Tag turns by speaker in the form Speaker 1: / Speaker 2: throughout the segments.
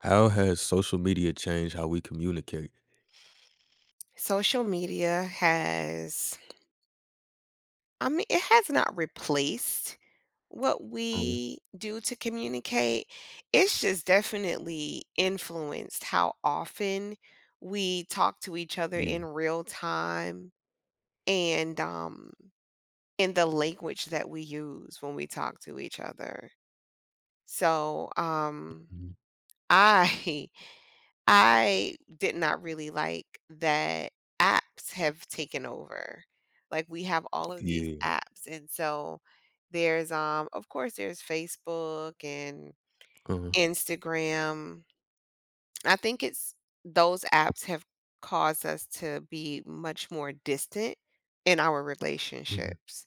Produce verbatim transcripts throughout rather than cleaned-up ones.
Speaker 1: How has social media changed how we communicate?
Speaker 2: Social media has, I mean, it has not replaced what
Speaker 1: Uh-huh.
Speaker 2: we do to communicate. It's just definitely influenced how often we talk to each other
Speaker 1: Yeah.
Speaker 2: in real time and um in the language that we use when we talk to each other. So, um
Speaker 1: Mhm.
Speaker 2: I I did not really like that apps have taken over. Like we have all of these
Speaker 1: Yeah.
Speaker 2: apps, and so there's um of course there's Facebook and
Speaker 1: Uh-huh.
Speaker 2: Instagram. I think it's those apps have caused us to be much more distant in our
Speaker 1: Mhm.
Speaker 2: relationships.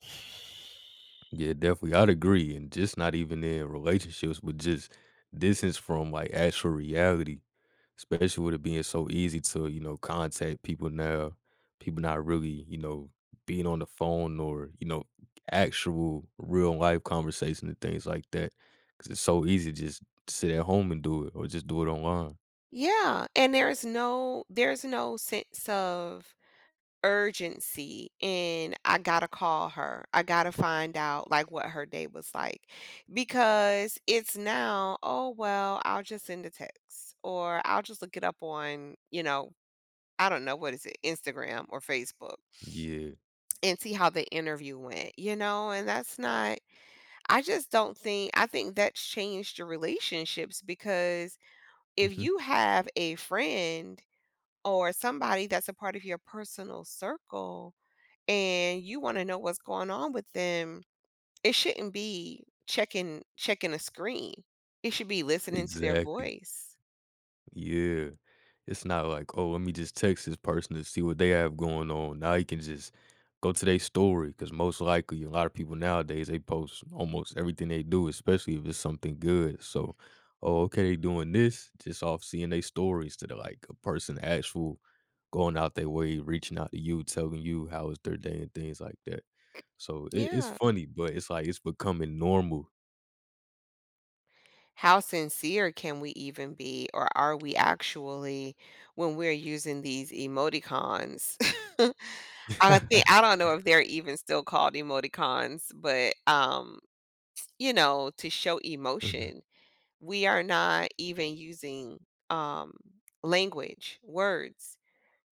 Speaker 1: Yeah, definitely. I'd agree. And just not even in relationships, but just distance from like actual reality, especially with it being so easy to, you know, contact people now, people not really, you know, being on the phone or, you know, actual real life conversation and things like that. Cause it's so easy to just sit at home and do it or just do it online.
Speaker 2: Yeah, and there's no there's no sense of urgency and I gotta call her. I gotta find out like what her day was like, because it's now, oh, well, I'll just send a text or I'll just look it up on, you know, I don't know, what is it, Instagram or Facebook,
Speaker 1: Yeah.
Speaker 2: and see how the interview went, you know? And that's not, I just don't think, I think that's changed the relationships, because if
Speaker 1: Hmm.
Speaker 2: you have a friend or somebody that's a part of your personal circle, and you want to know what's going on with them, it shouldn't be checking checking a screen. It should be listening to their
Speaker 1: Exactly.
Speaker 2: voice.
Speaker 1: Yeah. It's not like, "Oh, let me just text this person to see what they have going on." Now you can just go to their story because most likely a lot of people nowadays, they post almost everything they do, especially if it's something good. So, "Oh, okay, they doing this," just off seeing their stories to the, like, a person actual going out their way, reaching out to you, telling you how was their day and things like that. So it it's
Speaker 2: Yeah.
Speaker 1: funny, but it's like it's becoming normal.
Speaker 2: How sincere can we even be, or are we actually, when we're using these emoticons? I think I don't know if they're even still called emoticons, but um, you know, to show
Speaker 1: Mhm.
Speaker 2: emotion, we are not even using um language, words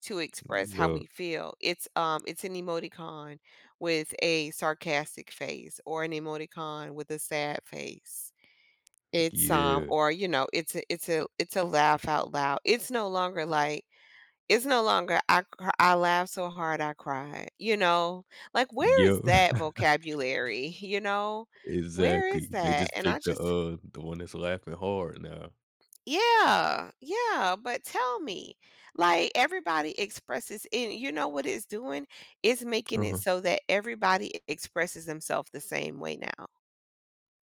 Speaker 2: to express how we
Speaker 1: Yup.
Speaker 2: feel. It's um it's an emoticon with a sarcastic face or an emoticon with a sad face. It's um
Speaker 1: Yeah.
Speaker 2: or you know, it's a it's a it's a laugh out loud. It's no longer like it's no longer I cr- I laughed so hard I cried. You know, like where is
Speaker 1: Yep.
Speaker 2: that vocabulary? You know, where is
Speaker 1: Exactly. They
Speaker 2: that?
Speaker 1: just
Speaker 2: And I
Speaker 1: picked the,
Speaker 2: just
Speaker 1: uh, the one that's laughing hard now.
Speaker 2: yeah, yeah, but tell me, like everybody expresses, and you know what it's doing? It's making it
Speaker 1: Uh-huh.
Speaker 2: so that everybody expresses themselves the same way now.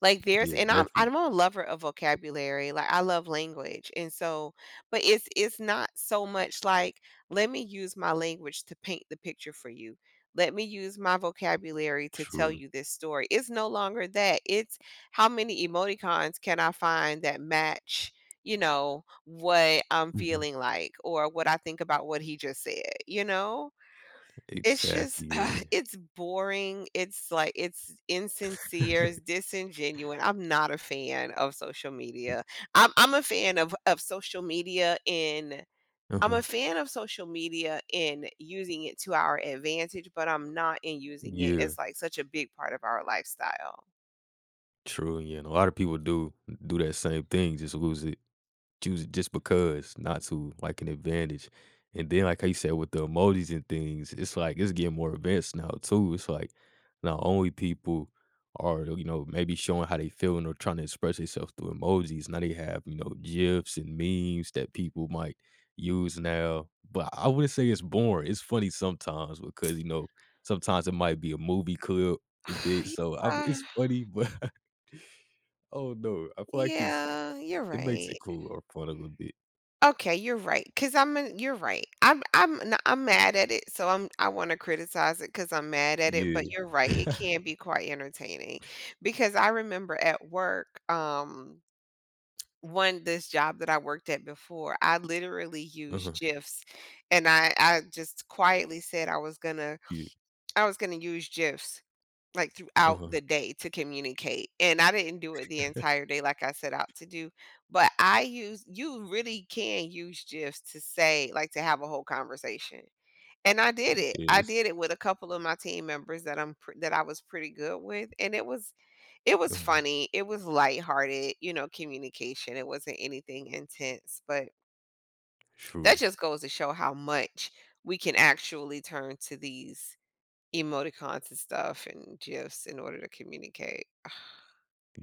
Speaker 2: Like, there's
Speaker 1: Yeah,
Speaker 2: and I'm
Speaker 1: definitely.
Speaker 2: I'm a lover of vocabulary, like, I love language, and so but it's it's not so much like, "Let me use my language to paint the picture for you. Let me use my vocabulary to tell
Speaker 1: True.
Speaker 2: you this story." It's no longer that, it's how many emoticons can I find that match, you know, what I'm
Speaker 1: Mhm.
Speaker 2: feeling like or what I think about what he just said, you know? It's
Speaker 1: Exactly,
Speaker 2: just
Speaker 1: yeah.
Speaker 2: it's boring, it's like it's insincere, it's disingenuous, I'm not a fan of social media. I'm I'm a fan of of social media in I'm
Speaker 1: Uh-huh.
Speaker 2: a fan of social media in using it to our advantage, but I'm not in using it
Speaker 1: Yeah.
Speaker 2: as, like, such a big part of our lifestyle.
Speaker 1: True, yeah, and a lot of people do do that same thing, just lose it. Choose it just because, not to like an advantage. And then, like how you said with the emojis and things, it's like it's getting more advanced now too. It's like not only people are, you know, maybe showing how they feeling or trying to express themselves through emojis. Now they have, you know, GIFs and memes that people might use now. But I wouldn't say it's boring. It's funny sometimes because, you know, sometimes it might be a movie clip. It did so I,
Speaker 2: Yeah,
Speaker 1: it's funny, but oh no, I feel like it's
Speaker 2: yeah, you're
Speaker 1: it makes it
Speaker 2: right.
Speaker 1: cool or fun a little bit.
Speaker 2: Okay, you're right. because 'cause I'm in You're right. I'm I'm n I'm mad at it, so I'm I wanna criticize it because 'cause I'm mad at it,
Speaker 1: Yeah.
Speaker 2: but you're right, it can be quite entertaining, because I remember at work, um, one this job that I worked at before, I literally
Speaker 1: Uh-huh.
Speaker 2: used GIFs, and I I just quietly said I was gonna
Speaker 1: Yeah.
Speaker 2: I was gonna use GIFs, like, throughout
Speaker 1: Uh-huh.
Speaker 2: the day to communicate, and I didn't do it the entire day like I set out to do, but I use you really can use GIFs to say like, to have a whole conversation, and I did it. I
Speaker 1: Yes.
Speaker 2: did it with a couple of my team members that I'm pre that I was pretty good with, and it was it was
Speaker 1: Uh-huh.
Speaker 2: funny, it was lighthearted, you know, communication, it wasn't anything intense, but that
Speaker 1: True.
Speaker 2: just goes to show how much we can actually turn to these emoticons and stuff and gifs in order to communicate.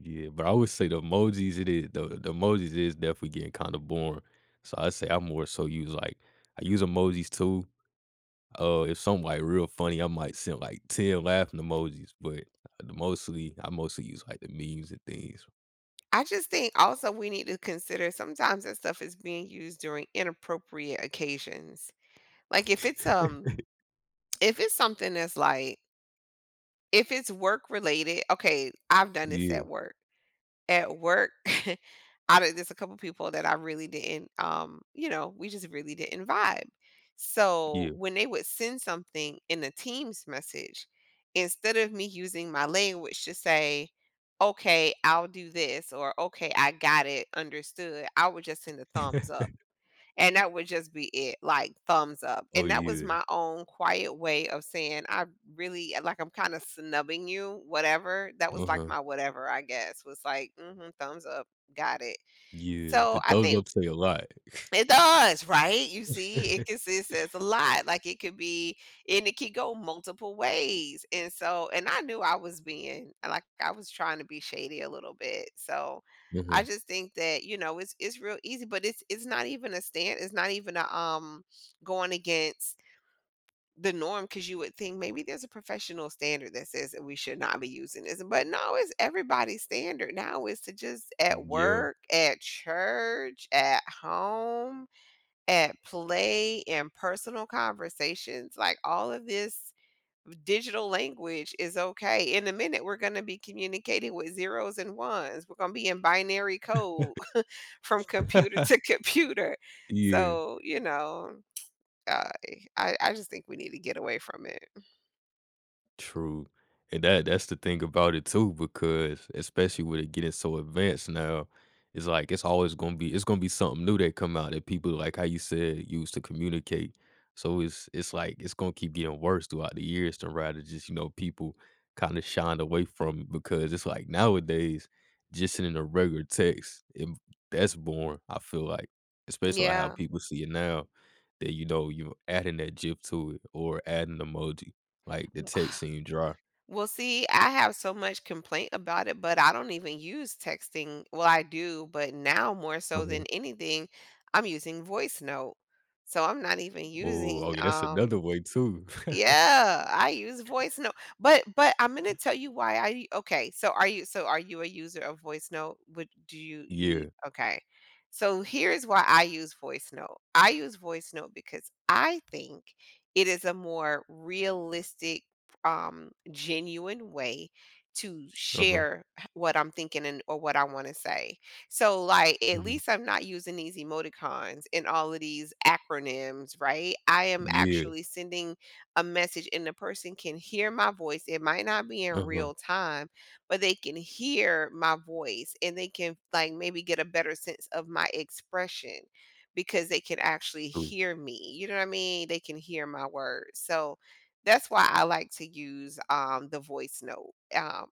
Speaker 1: Yeah. But I always say the emojis, it is the, the emojis is definitely getting kind of boring. So I say I more so use like I use emojis too. Uh if something like real funny, I might send like ten laughing emojis, but the mostly I mostly use like the memes and things.
Speaker 2: I just think also we need to consider sometimes that stuff is being used during inappropriate occasions. Like if it's um if it's something that's like if it's work related, okay, I've done this
Speaker 1: Yeah.
Speaker 2: at work. At work, I don't there's a couple people that I really didn't, um, you know, we just really didn't vibe. So
Speaker 1: Yeah.
Speaker 2: when they would send something in a Teams message, instead of me using my language to say, okay, I'll do this, or okay, I got it, understood, I would just send a thumbs up. And that would just be it, like, thumbs up,
Speaker 1: Oh
Speaker 2: and that was
Speaker 1: yeah.
Speaker 2: my own quiet way of saying, "I really uh, like, I'm kinda snubbing you, whatever." That was, like,
Speaker 1: Uh-huh.
Speaker 2: my whatever, I guess, was like, "Mhm, thumbs up, got it."
Speaker 1: Yeah. The
Speaker 2: So, I
Speaker 1: thumbs
Speaker 2: think
Speaker 1: up say a lot.
Speaker 2: it does, right? You see, it can it says a lot. Like it could be, and it could go multiple ways. And so, and I knew I was being like I was trying to be shady a little bit. So
Speaker 1: Uh-huh.
Speaker 2: I just think that, you know, it's it's real easy, but it's it's not even a stand, it's not even a um going against the norm, because you would think maybe there's a professional standard that says that we should not be using this. But no, it's everybody's standard now is to just at
Speaker 1: Yeah.
Speaker 2: work, at church, at home at play and personal conversations, like all of this digital language is okay. In a minute, we're going to be communicating with zeros and ones. We're going to be in binary code from computer to computer.
Speaker 1: Yeah,
Speaker 2: So, you know, uh, I, I just think we need to get away from it.
Speaker 1: true, and that that's the thing about it too, because especially with it getting so advanced now, it's like it's always gonna be it's gonna be something new that come out that people like how you said use to communicate. So it's it's like it's gonna keep getting worse throughout the years to rather just you know people kind of shined away from it because it's like nowadays just in a regular text it, that's boring. I feel like especially like how
Speaker 2: Yeah.
Speaker 1: people see it now that you know you adding that GIF to it or adding emoji. Like, the text seemed dry.
Speaker 2: Well, see, I have so much complaint about it, but I don't even use texting. Well, I do, but now more so
Speaker 1: Uh-huh.
Speaker 2: than anything, I'm using voice note. So I'm not even
Speaker 1: Oh, oh,
Speaker 2: using
Speaker 1: yeah, that's another
Speaker 2: um
Speaker 1: way too.
Speaker 2: yeah, I use voice note. But but I'm gonna tell you why I okay, so are you so are you a user of voice note? Would do you you
Speaker 1: Yeah.
Speaker 2: okay. So here's why I use voice note. I use voice note because I think it is a more realistic, um, genuine way to
Speaker 1: Uh-huh.
Speaker 2: share h- what I'm thinking and or what I want to say. So like at
Speaker 1: Mhm.
Speaker 2: least I'm not using these emoticons and all of these acronyms, right? I am
Speaker 1: Yeah.
Speaker 2: actually sending a message and the person can hear my voice. It might not be in
Speaker 1: Uh-huh.
Speaker 2: real time, but they can hear my voice and they can like maybe get a better sense of my expression because they can actually
Speaker 1: True.
Speaker 2: hear me. You know what I mean? They can hear my words. So that's why I like to use um the voice note. Um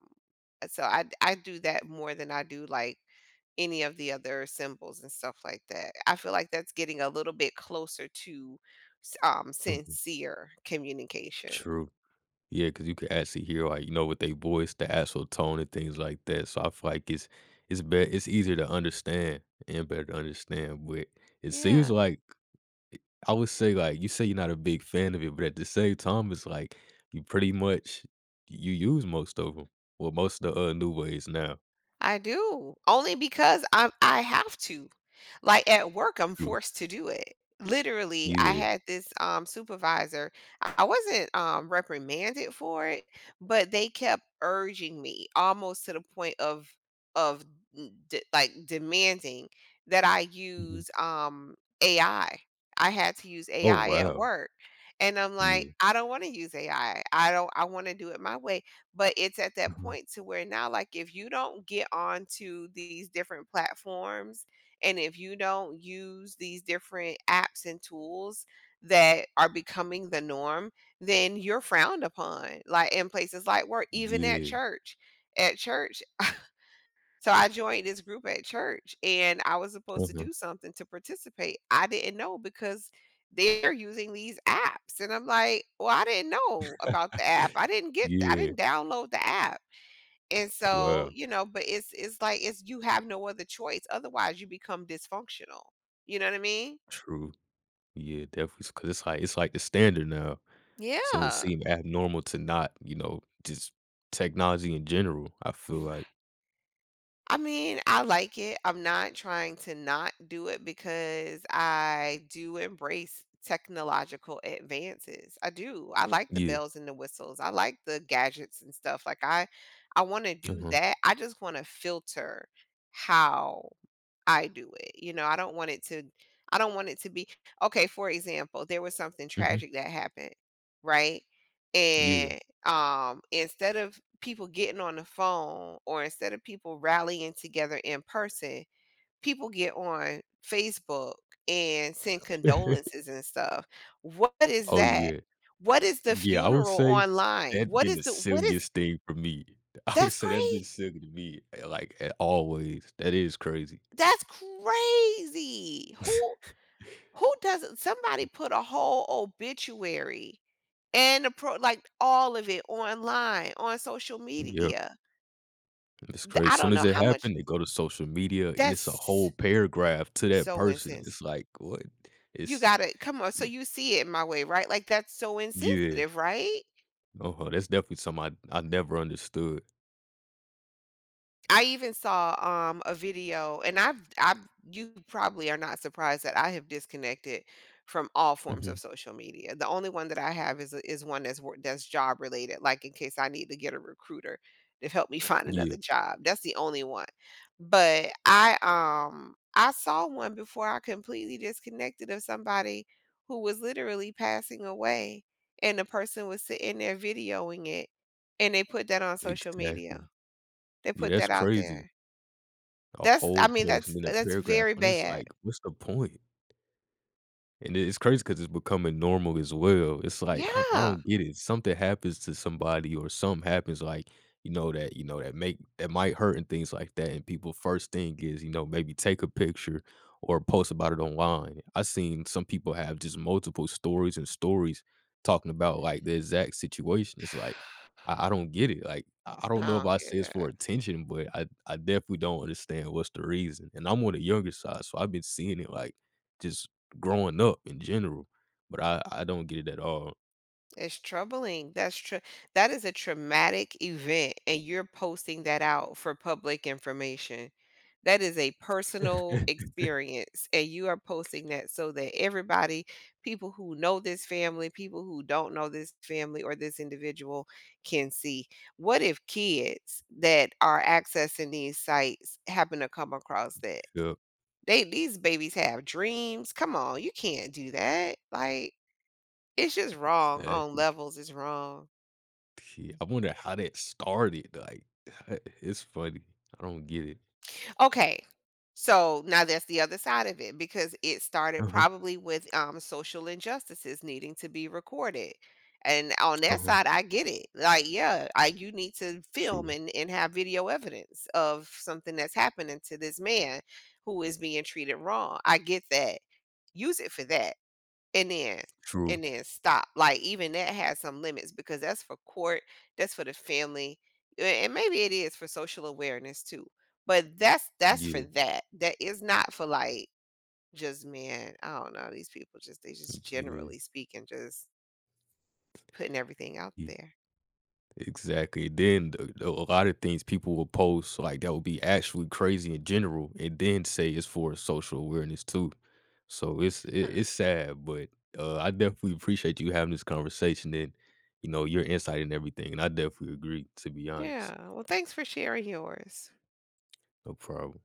Speaker 2: so I I do that more than I do like any of the other symbols and stuff like that. I feel like that's getting a little bit closer to s um,
Speaker 1: Mhm.
Speaker 2: sincere communication.
Speaker 1: True. Yeah, because you can actually hear, like, you know, with their voice, the actual tone and things like that, so I feel like it's it's better, it's easier to understand and better to understand, but it seems
Speaker 2: Yeah,
Speaker 1: like I would say, like, you say you're not a big fan of it, but at the same time, it's like you pretty much you use most of them. Well, most of the, uh, new ways now.
Speaker 2: I do. Only because I'm I have to. Like at work, I'm
Speaker 1: True.
Speaker 2: forced to do it. Literally, I
Speaker 1: Yeah.
Speaker 2: had this um supervisor. I I wasn't um reprimanded for it, but they kept urging me almost to the point of of n- de- like demanding that I
Speaker 1: Mhm.
Speaker 2: use um A I. I I had to use
Speaker 1: Oh,
Speaker 2: A I at
Speaker 1: wow.
Speaker 2: work. And I'm like,
Speaker 1: Yeah.
Speaker 2: I don't want to use A I. I I don't I want to do it my way, but it's at that
Speaker 1: Mhm.
Speaker 2: point to where now like if you don't get onto these different platforms and if you don't use these different apps and tools that are becoming the norm, then you're frowned upon like in places like work, even at
Speaker 1: Yeah.
Speaker 2: church at church. So I joined this group at church and I was supposed to
Speaker 1: Mhm.
Speaker 2: do something to participate. I didn't know because they're using these apps. And I'm like, well, I didn't know about the app. I didn't get I
Speaker 1: Yeah.
Speaker 2: didn't download the app. And so,
Speaker 1: Wow.
Speaker 2: you know, but it's it's like it's you have no other choice. Otherwise you become dysfunctional. You know what I mean?
Speaker 1: True. Yeah, definitely, because it's like it's like the standard now, so it
Speaker 2: Yeah.
Speaker 1: seemed abnormal to not, you know, just technology in general, I feel like.
Speaker 2: I mean, I like it. I'm not trying to not do it because I do embrace technological advances. I do. I like the
Speaker 1: Yeah.
Speaker 2: bells and the whistles. I like the gadgets and stuff. Like I I want to do
Speaker 1: Mhm.
Speaker 2: that. I just want to filter how I do it. You know, I don't want it to I don't want it to be okay, for example, there was something
Speaker 1: Mhm.
Speaker 2: tragic that happened, right?
Speaker 1: Yeah.
Speaker 2: And um instead of people getting on the phone or instead of people rallying together in person, people get on Facebook and send condolences and stuff. What is
Speaker 1: Oh,
Speaker 2: that?
Speaker 1: yeah.
Speaker 2: What is the
Speaker 1: Yeah, I would
Speaker 2: funeral
Speaker 1: say
Speaker 2: online?
Speaker 1: that
Speaker 2: What
Speaker 1: been
Speaker 2: is
Speaker 1: the
Speaker 2: the what is
Speaker 1: silliest thing for me. I would
Speaker 2: that's
Speaker 1: say that been
Speaker 2: crazy.
Speaker 1: silly to me, eh, like, eh, always. That is crazy.
Speaker 2: That's crazy. Who Who doesn't somebody put a whole obituary and the pro like all of it online, on social
Speaker 1: Yeah.
Speaker 2: media.
Speaker 1: It's
Speaker 2: The
Speaker 1: crazy. As
Speaker 2: I
Speaker 1: soon
Speaker 2: don't
Speaker 1: as
Speaker 2: know
Speaker 1: it
Speaker 2: how much
Speaker 1: happened, they go to social media and it's a whole
Speaker 2: that's
Speaker 1: paragraph to that
Speaker 2: so
Speaker 1: person.
Speaker 2: insensitive.
Speaker 1: It's like, what?
Speaker 2: You
Speaker 1: It's
Speaker 2: gotta come on, so you see it in my way, right? Like, that's so
Speaker 1: yeah.
Speaker 2: insensitive, right?
Speaker 1: Uh-huh. That's definitely something I, I never understood.
Speaker 2: I even saw, um, a video, and I've I've you probably are not surprised that I have disconnected from all forms
Speaker 1: Hmm.
Speaker 2: of social media. The only one that I have is is one that's wor that's job related, like in case I need to get a recruiter to help me find
Speaker 1: Yeah,
Speaker 2: another job. That's the only one. But I, um, I saw one before I completely disconnected of somebody who was literally passing away, and the person was sitting there videoing it, and they put that on social
Speaker 1: exactly.
Speaker 2: media. They
Speaker 1: Yeah,
Speaker 2: put
Speaker 1: that's
Speaker 2: that out
Speaker 1: crazy.
Speaker 2: there.
Speaker 1: A
Speaker 2: That's
Speaker 1: whole
Speaker 2: I mean,
Speaker 1: post and
Speaker 2: that's
Speaker 1: then a
Speaker 2: that's
Speaker 1: paragraph.
Speaker 2: very
Speaker 1: And it's
Speaker 2: bad.
Speaker 1: like, what's the point? And it it's crazy because it's becoming normal as well. It's like, I I
Speaker 2: Yeah.
Speaker 1: don't get it. Something happens to somebody or something happens, like, you know, that you know, that make that might hurt and things like that, and people first thing is, you know, maybe take a picture or post about it online. I seen some people have just multiple stories and stories talking about, like, the exact situation. It's like, I I don't get it. Like, I I don't know if
Speaker 2: Oh,
Speaker 1: I say it's
Speaker 2: yeah.
Speaker 1: for attention, but I I definitely don't understand what's the reason, and I'm on the younger side, so I've been seeing it, like, just growing up in general, but I I don't get it at all.
Speaker 2: It's troubling. That's true. That is a traumatic event, and you're posting that out for public information. That is a personal experience, and you are posting that so that everybody, people who know this family, people who don't know this family or this individual can see. What if kids that are accessing these sites happen to come across that?
Speaker 1: Yep,
Speaker 2: They these babies have dreams. Come on, you can't do that. Like, it's just wrong on
Speaker 1: exactly.
Speaker 2: levels, it's wrong.
Speaker 1: Yeah, I wonder how that started, like, it's funny. I don't get it.
Speaker 2: Okay. So now that's the other side of it because it started
Speaker 1: Uh-huh,
Speaker 2: probably with um social injustices needing to be recorded. And on that
Speaker 1: uh-huh.
Speaker 2: side, I get it. Like, yeah, I, you need to film,
Speaker 1: True,
Speaker 2: and, and have video evidence of something that's happening to this man who is being treated wrong. I get that. Use it for that. And then
Speaker 1: true.
Speaker 2: and then stop, like, even that has some limits because that's for court, that's for the family, a and maybe it is for social awareness too, but that's that's for
Speaker 1: Yeah,
Speaker 2: that. That is not for, like, just man, I don't know, these people just they just
Speaker 1: yeah,
Speaker 2: generally speaking, just putting everything out
Speaker 1: yeah.
Speaker 2: there.
Speaker 1: Exactly. Then the the a lot of things people will post, like, that would be actually crazy in general, and then say it's for social awareness too. So it's it
Speaker 2: Huh,
Speaker 1: it's sad, but, uh, I definitely appreciate you having this conversation and, you know, your insight and everything, and I definitely agree, to be honest.
Speaker 2: yeah, well, thanks for sharing yours.
Speaker 1: No problem.